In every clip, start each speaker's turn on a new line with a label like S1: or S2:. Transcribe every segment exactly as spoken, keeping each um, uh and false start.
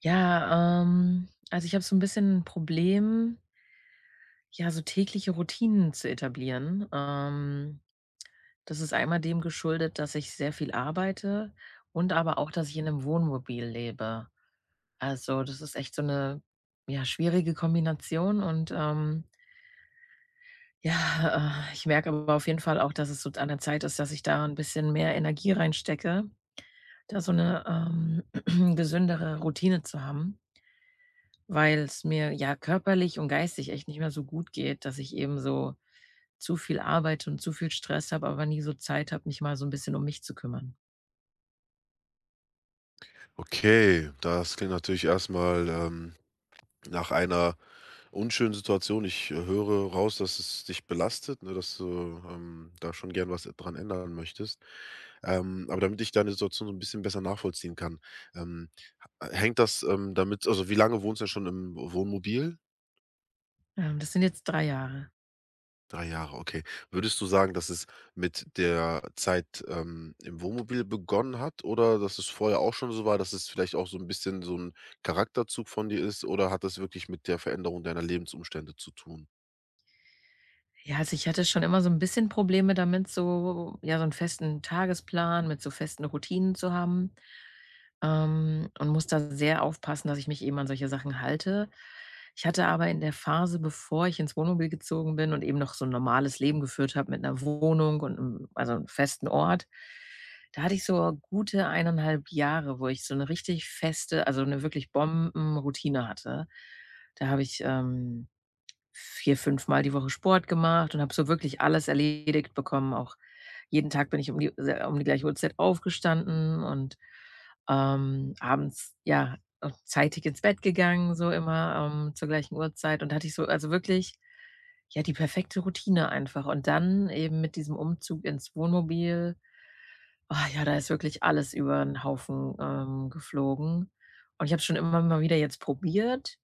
S1: Ja, ähm, also ich habe so ein bisschen 'n Problem, ja, so tägliche Routinen zu etablieren. Ähm, das ist einmal dem geschuldet, dass ich sehr viel arbeite und aber auch, dass ich in einem Wohnmobil lebe. Also, das ist echt so eine ja, schwierige Kombination und, ähm, ja, äh, ich merke aber auf jeden Fall auch, dass es so an der Zeit ist, dass ich da ein bisschen mehr Energie reinstecke, da so eine ähm, gesündere Routine zu haben, weil es mir, ja, körperlich und geistig echt nicht mehr so gut geht, dass ich eben so zu viel arbeite und zu viel Stress habe, aber nie so Zeit habe, mich mal so ein bisschen um mich zu kümmern.
S2: Okay, das klingt natürlich erstmal ähm, nach einer unschönen Situation. Ich, äh, höre raus, dass es dich belastet, ne, dass du, ähm, da schon gern was dran ändern möchtest. Ähm, aber damit ich deine Situation so ein bisschen besser nachvollziehen kann, ähm, h hängt das, ähm, damit also, wie lange wohnst du denn schon im Wohnmobil?
S1: Ähm, das sind jetzt drei Jahre.
S2: Drei Jahre, okay. Würdest du sagen, dass es mit der Zeit, ähm, im Wohnmobil begonnen hat oder dass es vorher auch schon so war, dass es vielleicht auch so ein bisschen so ein Charakterzug von dir ist oder hat das wirklich mit der Veränderung deiner Lebensumstände zu tun?
S1: Ja, also, ich hatte schon immer so ein bisschen Probleme damit, so ja, so einen festen Tagesplan mit so festen Routinen zu haben. Ähm, und muss da sehr aufpassen, dass ich mich eben an solche Sachen halte. Ich hatte aber in der Phase, bevor ich ins Wohnmobil gezogen bin und eben noch so 'n normales Leben geführt habe mit einer Wohnung und 'nem also einem festen Ort, da hatte ich so gute eineinhalb Jahre, wo ich so eine richtig feste, also eine wirklich Bombenroutine hatte. Da habe ich, ähm vier, fünfmal die Woche Sport gemacht und habe so wirklich alles erledigt bekommen. Auch jeden Tag bin ich um die se um die gleiche Uhrzeit aufgestanden und, ähm, abends, ja, auch zeitig ins Bett gegangen, so immer, ähm, zur gleichen Uhrzeit. Und hatte ich so also wirklich, ja, die perfekte Routine einfach. Und dann eben mit diesem Umzug ins Wohnmobil, oh ja, da ist wirklich alles über den Haufen, ähm, geflogen. Und ich habe schon immer mal wieder jetzt probiert,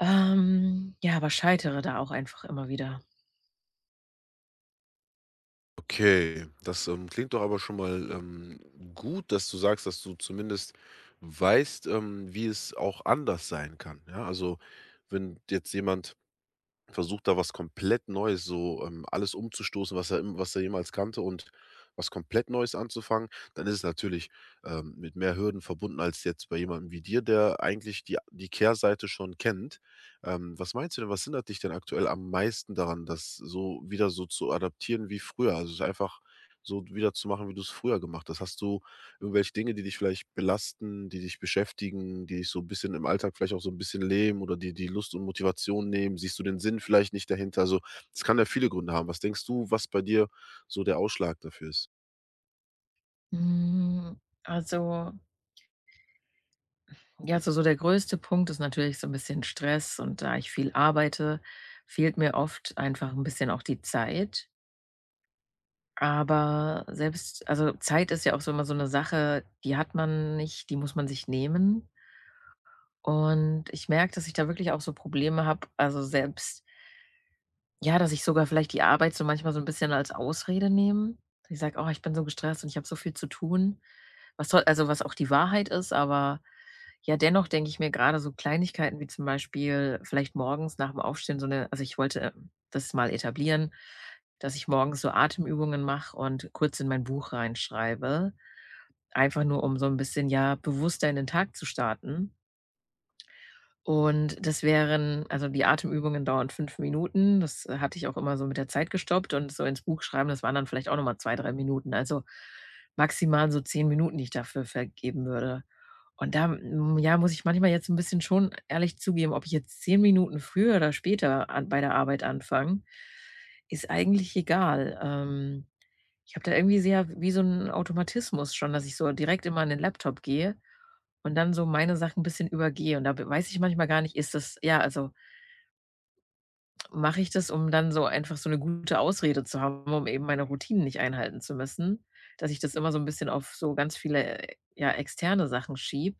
S1: ähm, ja, aber scheitere da auch einfach immer wieder.
S2: Okay, das, ähm, klingt doch aber schon mal, ähm, gut, dass du sagst, dass du zumindest weißt, ähm, wie es auch anders sein kann, ja? Also, wenn jetzt jemand versucht da was komplett Neues, so, ähm, alles umzustoßen, was er im was er jemals kannte und was komplett Neues anzufangen, dann ist es natürlich, ähm, mit mehr Hürden verbunden als jetzt bei jemandem wie dir, der eigentlich die die Kehrseite schon kennt. Ähm, was meinst du denn, was hindert dich denn aktuell am meisten daran, das so wieder so zu adaptieren wie früher? Also, es einfach so wieder zu machen, wie du es früher gemacht hast? Hast du irgendwelche Dinge, die dich vielleicht belasten, die dich beschäftigen, die dich so ein bisschen im Alltag vielleicht auch so ein bisschen lähmen oder die die Lust und Motivation nehmen? Siehst du den Sinn vielleicht nicht dahinter? Also, es kann ja viele Gründe haben. Was denkst du, was bei dir so der Ausschlag dafür ist?
S1: Hm, also, ja, so so der größte Punkt ist natürlich so ein bisschen Stress, und da ich viel arbeite, fehlt mir oft einfach ein bisschen auch die Zeit. Aber selbst, also, Zeit ist ja auch so immer so eine Sache, die hat man nicht, die muss man sich nehmen. Und ich merke, dass ich da wirklich auch so Probleme habe, also selbst. Ja, dass ich sogar vielleicht die Arbeit so manchmal so 'n bisschen als Ausrede nehme. Ich sage: „Oh, ich bin so gestresst und ich habe so viel zu tun.“ Was soll, also was auch die Wahrheit ist, aber ja, dennoch denke ich mir grade so Kleinigkeiten wie zum Beispiel vielleicht morgens nach'm Aufstehen so 'ne, also, ich wollte äh, das mal etablieren, dass ich morgens so Atemübungen mache und kurz in mein Buch reinschreibe. Einfach nur, um so 'n bisschen, ja, bewusster in den Tag zu starten. Und das wären, also die Atemübungen dauern fünf Minuten. Das äh, hatte ich auch immer so mit der Zeit gestoppt, und so ins Buch schreiben, das waren dann vielleicht auch noch mal zwei, drei Minuten. Also, maximal so zehn Minuten, die ich dafür vergeben würde. Und da, hm, ja, muss ich manchmal jetzt ein bisschen schon ehrlich zugeben, ob ich jetzt zehn Minuten früher oder später an bei der Arbeit anfange, ist eigentlich egal. Ähm, ich habe da irgendwie sehr wie so einen Automatismus schon, dass ich so direkt immer an den Laptop gehe und dann so meine Sachen ein bisschen übergehe. Und da b weiß ich manchmal gar nicht, ist das ja, also mache ich das, um dann so einfach so eine gute Ausrede zu haben, um eben meine Routinen nicht einhalten zu müssen, dass ich das immer so ein bisschen auf so ganz viele, äh, ja, externe Sachen schiebe.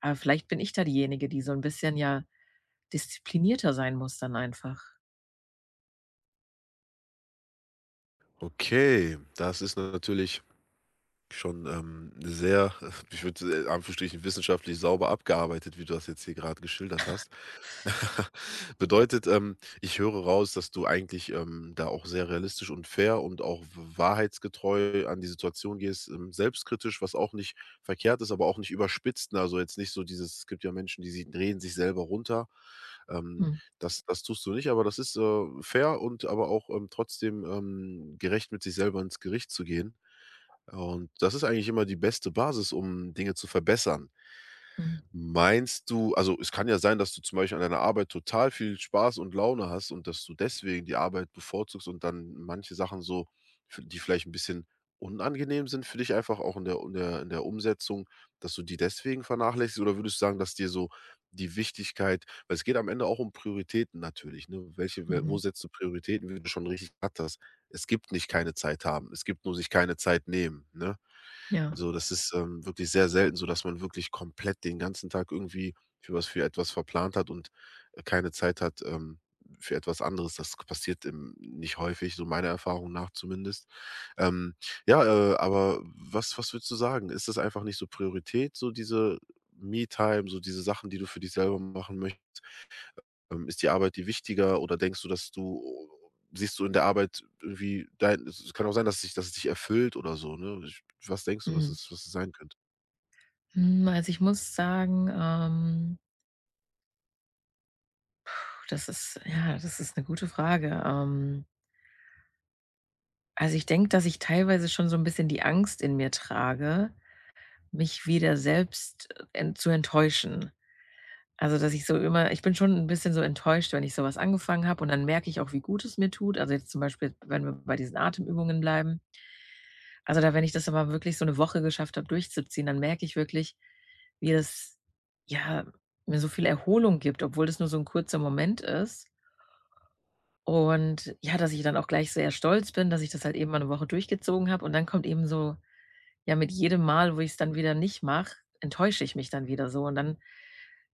S1: Aber vielleicht bin ich da diejenige, die so ein bisschen, ja, disziplinierter sein muss dann einfach.
S2: Okay, das ist natürlich schon, ähm, sehr, ich würde in Anführungsstrichen wissenschaftlich sauber abgearbeitet, wie du das jetzt hier gerade geschildert hast. Bedeutet, ähm, ich höre raus, dass du eigentlich, ähm, da auch sehr realistisch und fair und auch wahrheitsgetreu an die Situation gehst, ähm, selbstkritisch, was auch nicht verkehrt ist, aber auch nicht überspitzt, ne? Also, jetzt nicht so dieses, es gibt ja Menschen, die sie drehen sich selber runter. Ähm,
S1: Mhm,
S2: das das tust du nicht, aber das ist, äh, fair und aber auch, ähm, trotzdem, ähm, gerecht mit sich selber ins Gericht zu gehen. Und das ist eigentlich immer die beste Basis, um Dinge zu verbessern.
S1: mhm,
S2: Meinst du also, es kann ja sein, dass du zum Beispiel an deiner Arbeit total viel Spaß und Laune hast und dass du deswegen die Arbeit bevorzugst und dann manche Sachen so, f die vielleicht ein bisschen unangenehm sind für dich, einfach auch in der in der in der Umsetzung, dass du die deswegen vernachlässigst? Oder würdest du sagen, dass dir so die Wichtigkeit, weil es geht am Ende auch um Prioritäten natürlich, ne? Welche we wo
S1: mhm,
S2: setzt du Prioritäten, wie du schon richtig gesagt hast. Es gibt nicht keine Zeit haben, es gibt nur sich keine Zeit nehmen, ne?
S1: ja,
S2: So, das ist, ähm, wirklich sehr selten so, dass man wirklich komplett den ganzen Tag irgendwie für was für etwas verplant hat und, äh, keine Zeit hat, ähm, für etwas anderes. Das passiert, ähm, nicht häufig, so meiner Erfahrung nach zumindest. Ähm, ja, äh, aber was was würdest du sagen? Ist das einfach nicht so Priorität, so diese Me-Time, so diese Sachen, die du für dich selber machen möchtest? Ähm, ist die Arbeit dir wichtiger oder denkst du, dass du siehst du in der Arbeit irgendwie dein es kann auch sein, dass dich dass es dich erfüllt oder so, ne? Ich was denkst du, was
S1: mhm.
S2: es was es sein könnte?
S1: Hm, also, ich muss sagen, ähm, puh, das ist ja, das ist eine gute Frage. Ähm Also, ich denke, dass ich teilweise schon so ein bisschen die Angst in mir trage, mich wieder selbst en zu enttäuschen. Also, dass ich so immer, ich bin schon ein bisschen so enttäuscht, wenn ich so was angefangen habe, und dann merke ich auch, wie gut es mir tut. Also, jetzt zum Beispiel, wenn wir bei diesen Atemübungen bleiben. Also, da wenn ich das aber wirklich so eine Woche geschafft habe, durchzuziehen, dann merke ich wirklich, wie das, ja, mir so viel Erholung gibt, obwohl das nur so ein kurzer Moment ist. Und ja, dass ich dann auch gleich sehr stolz bin, dass ich das halt eben mal 'ne Woche durchgezogen habe, und dann kommt eben so. Ja, mit jedem Mal, wo ich es dann wieder nicht mache, enttäusche ich mich dann wieder so, und dann,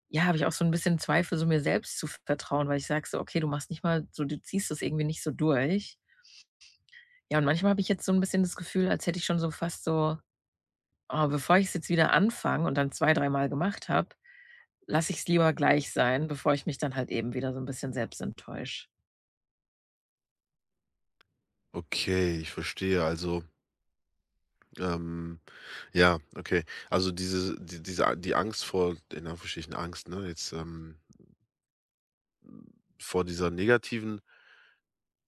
S1: ja, habe ich auch so ein bisschen Zweifel, so mir selbst zu vertrauen, weil ich sage so: „Okay, du machst nicht mal so, du ziehst das irgendwie nicht so durch.“ Ja, und manchmal habe ich jetzt so ein bisschen das Gefühl, als hätte ich schon so fast so: „Oh, bevor ich's jetzt wieder anfange und dann zwei, dreimal gemacht habe, lasse ich es lieber gleich sein, bevor ich mich dann halt eben wieder so ein bisschen selbst enttäusche.“
S2: Okay, ich verstehe. Also, ähm, ja, okay. Also diese die diese A- die Angst vor, in Anführungsstrichen Angst, ne, jetzt, ähm, vor dieser negativen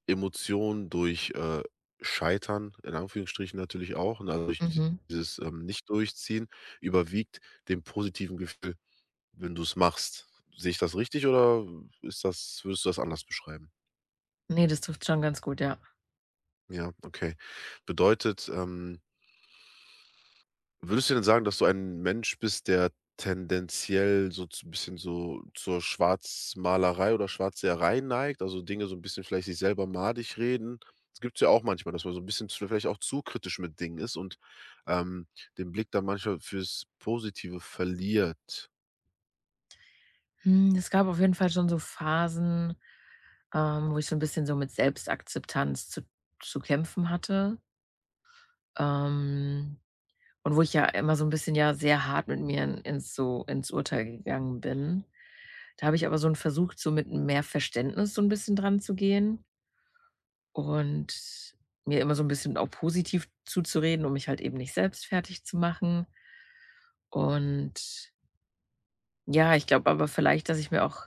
S2: Emotion durch, äh, Scheitern, in Anführungsstrichen natürlich auch, ne, also durch
S1: Mhm.
S2: dieses, ähm, Nicht-Durchziehen überwiegt dem positiven Gefühl. Wenn du es machst. Sehe ich das richtig oder ist das würdest du das anders beschreiben?
S1: Ne, das trifft schon ganz gut, ja.
S2: Ja, okay. Bedeutet, ähm, würdest du denn sagen, dass du ein Mensch bist, der tendenziell so ein bisschen so zur Schwarzmalerei oder Schwarzseherei neigt, also Dinge so ein bisschen vielleicht sich selber madig reden? Es gibt's ja auch manchmal, dass man so ein bisschen zu, vielleicht auch zu kritisch mit Dingen ist und, ähm, den Blick dann manchmal fürs Positive verliert.
S1: Hm, es gab auf jeden Fall schon so Phasen, ähm, wo ich so ein bisschen so mit Selbstakzeptanz zu zu kämpfen hatte, ähm, und wo ich ja immer so ein bisschen, ja, sehr hart mit mir in ins so ins Urteil gegangen bin. Da habe ich aber so einen Versuch so mit mehr Verständnis so ein bisschen dran zu gehen und mir immer so ein bisschen auch positiv zuzureden, um mich halt eben nicht selbst fertig zu machen. Und ja, ich glaube aber vielleicht, dass ich mir auch.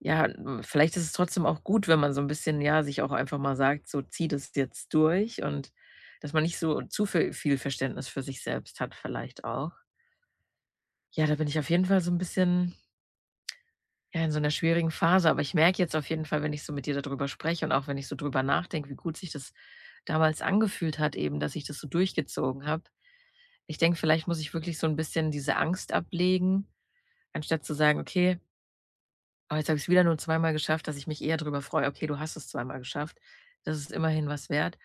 S1: Ja, hm, vielleicht ist es trotzdem auch gut, wenn man so ein bisschen, ja, sich auch einfach mal sagt: „So, zieh das jetzt durch“, und dass man nicht so zu vi viel Verständnis für sich selbst hat vielleicht auch. Ja, da bin ich auf jeden Fall so ein bisschen, ja, in so einer schwierigen Phase, aber ich merke jetzt auf jeden Fall, wenn ich so mit dir darüber spreche und auch wenn ich so drüber nachdenke, wie gut sich das damals angefühlt hat eben, dass ich das so durchgezogen habe. Ich denke, vielleicht muss ich wirklich so ein bisschen diese Angst ablegen, anstatt zu sagen: „Okay.“ Aber jetzt habe ich es wieder nur zweimal geschafft, dass ich mich eher darüber freue: „Okay, du hast es zweimal geschafft. Das ist immerhin was wert.“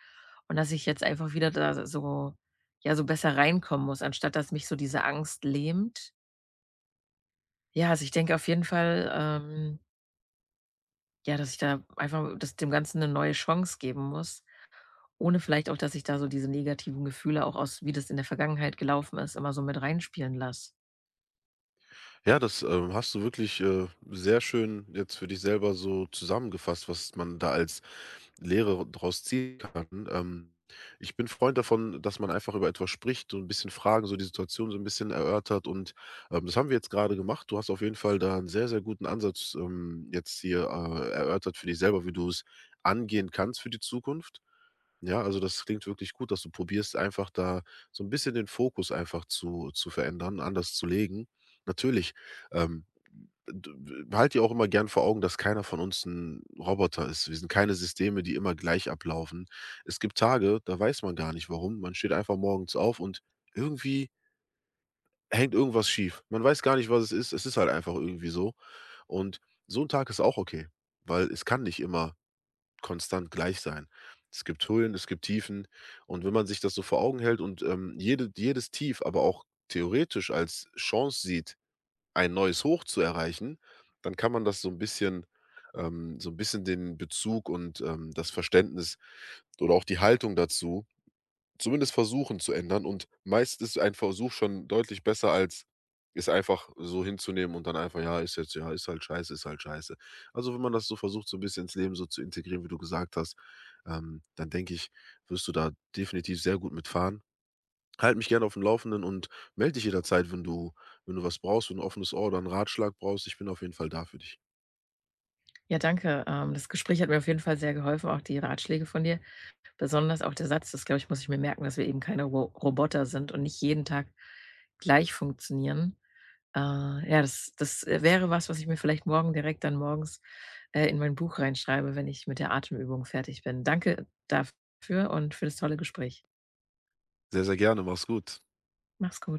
S1: Und dass ich jetzt einfach wieder da so, ja, so besser reinkommen muss, anstatt dass mich so diese Angst lähmt. Ja, also, ich denke auf jeden Fall, ähm, ja, dass ich da einfach, dass dem Ganzen eine neue Chance geben muss, ohne vielleicht auch, dass ich da so diese negativen Gefühle auch aus, wie das in der Vergangenheit gelaufen ist, immer so mit reinspielen lasse.
S2: Ja, das, ähm, hast du wirklich, äh, sehr schön jetzt für dich selber so zusammengefasst, was man da als Lehre draus ziehen kann. Ähm, ich bin Freund davon, dass man einfach über etwas spricht, so ein bisschen Fragen, so die Situation so ein bisschen erörtert und, ähm, das haben wir jetzt gerade gemacht. Du hast auf jeden Fall da einen sehr, sehr guten Ansatz, ähm, jetzt hier, äh, erörtert für dich selber, wie du es angehen kannst für die Zukunft. Ja, also das klingt wirklich gut, dass du probierst, einfach da so ein bisschen den Fokus einfach zu zu verändern, anders zu legen. Natürlich, ähm, d w halt dir auch immer gern vor Augen, dass keiner von uns ein Roboter ist. Wir sind keine Systeme, die immer gleich ablaufen. Es gibt Tage, da weiß man gar nicht warum. Man steht einfach morgens auf und irgendwie hängt irgendwas schief. Man weiß gar nicht, was es ist. Es ist halt einfach irgendwie so. Und so ein Tag ist auch okay, weil es kann nicht immer konstant gleich sein. Es gibt Höhen, es gibt Tiefen. Und wenn man sich das so vor Augen hält und, ähm, jede jedes Tief aber auch theoretisch als Chance sieht, ein neues Hoch zu erreichen, dann kann man das so ein bisschen ähm, so ein bisschen den Bezug und, ähm, das Verständnis oder auch die Haltung dazu zumindest versuchen zu ändern, und meist ist ein Versuch schon deutlich besser als es einfach so hinzunehmen und dann einfach: „Ja, ist jetzt, ja, ist halt scheiße, ist halt scheiße.“ Also, wenn man das so versucht, so ein bisschen ins Leben so zu integrieren, wie du gesagt hast, ähm, dann denke ich, wirst du da definitiv sehr gut mitfahren. Fahren. Halte mich gerne auf dem Laufenden und melde dich jederzeit, wenn du wenn du was brauchst, wenn du 'n offenes Ohr oder einen Ratschlag brauchst. Ich bin auf jeden Fall da für dich.
S1: Ja, danke. Ähm, das Gespräch hat mir auf jeden Fall sehr geholfen, auch die Ratschläge von dir. Besonders auch der Satz, das glaube ich, muss ich mir merken, dass wir eben keine Ro Roboter sind und nicht jeden Tag gleich funktionieren. Äh, ja, das das, äh, wäre was, was ich mir vielleicht morgen direkt dann morgens, äh, in mein Buch reinschreibe, wenn ich mit der Atemübung fertig bin. Danke dafür und für das tolle Gespräch.
S2: Sehr, sehr gerne. Mach's gut.
S1: Mach's gut.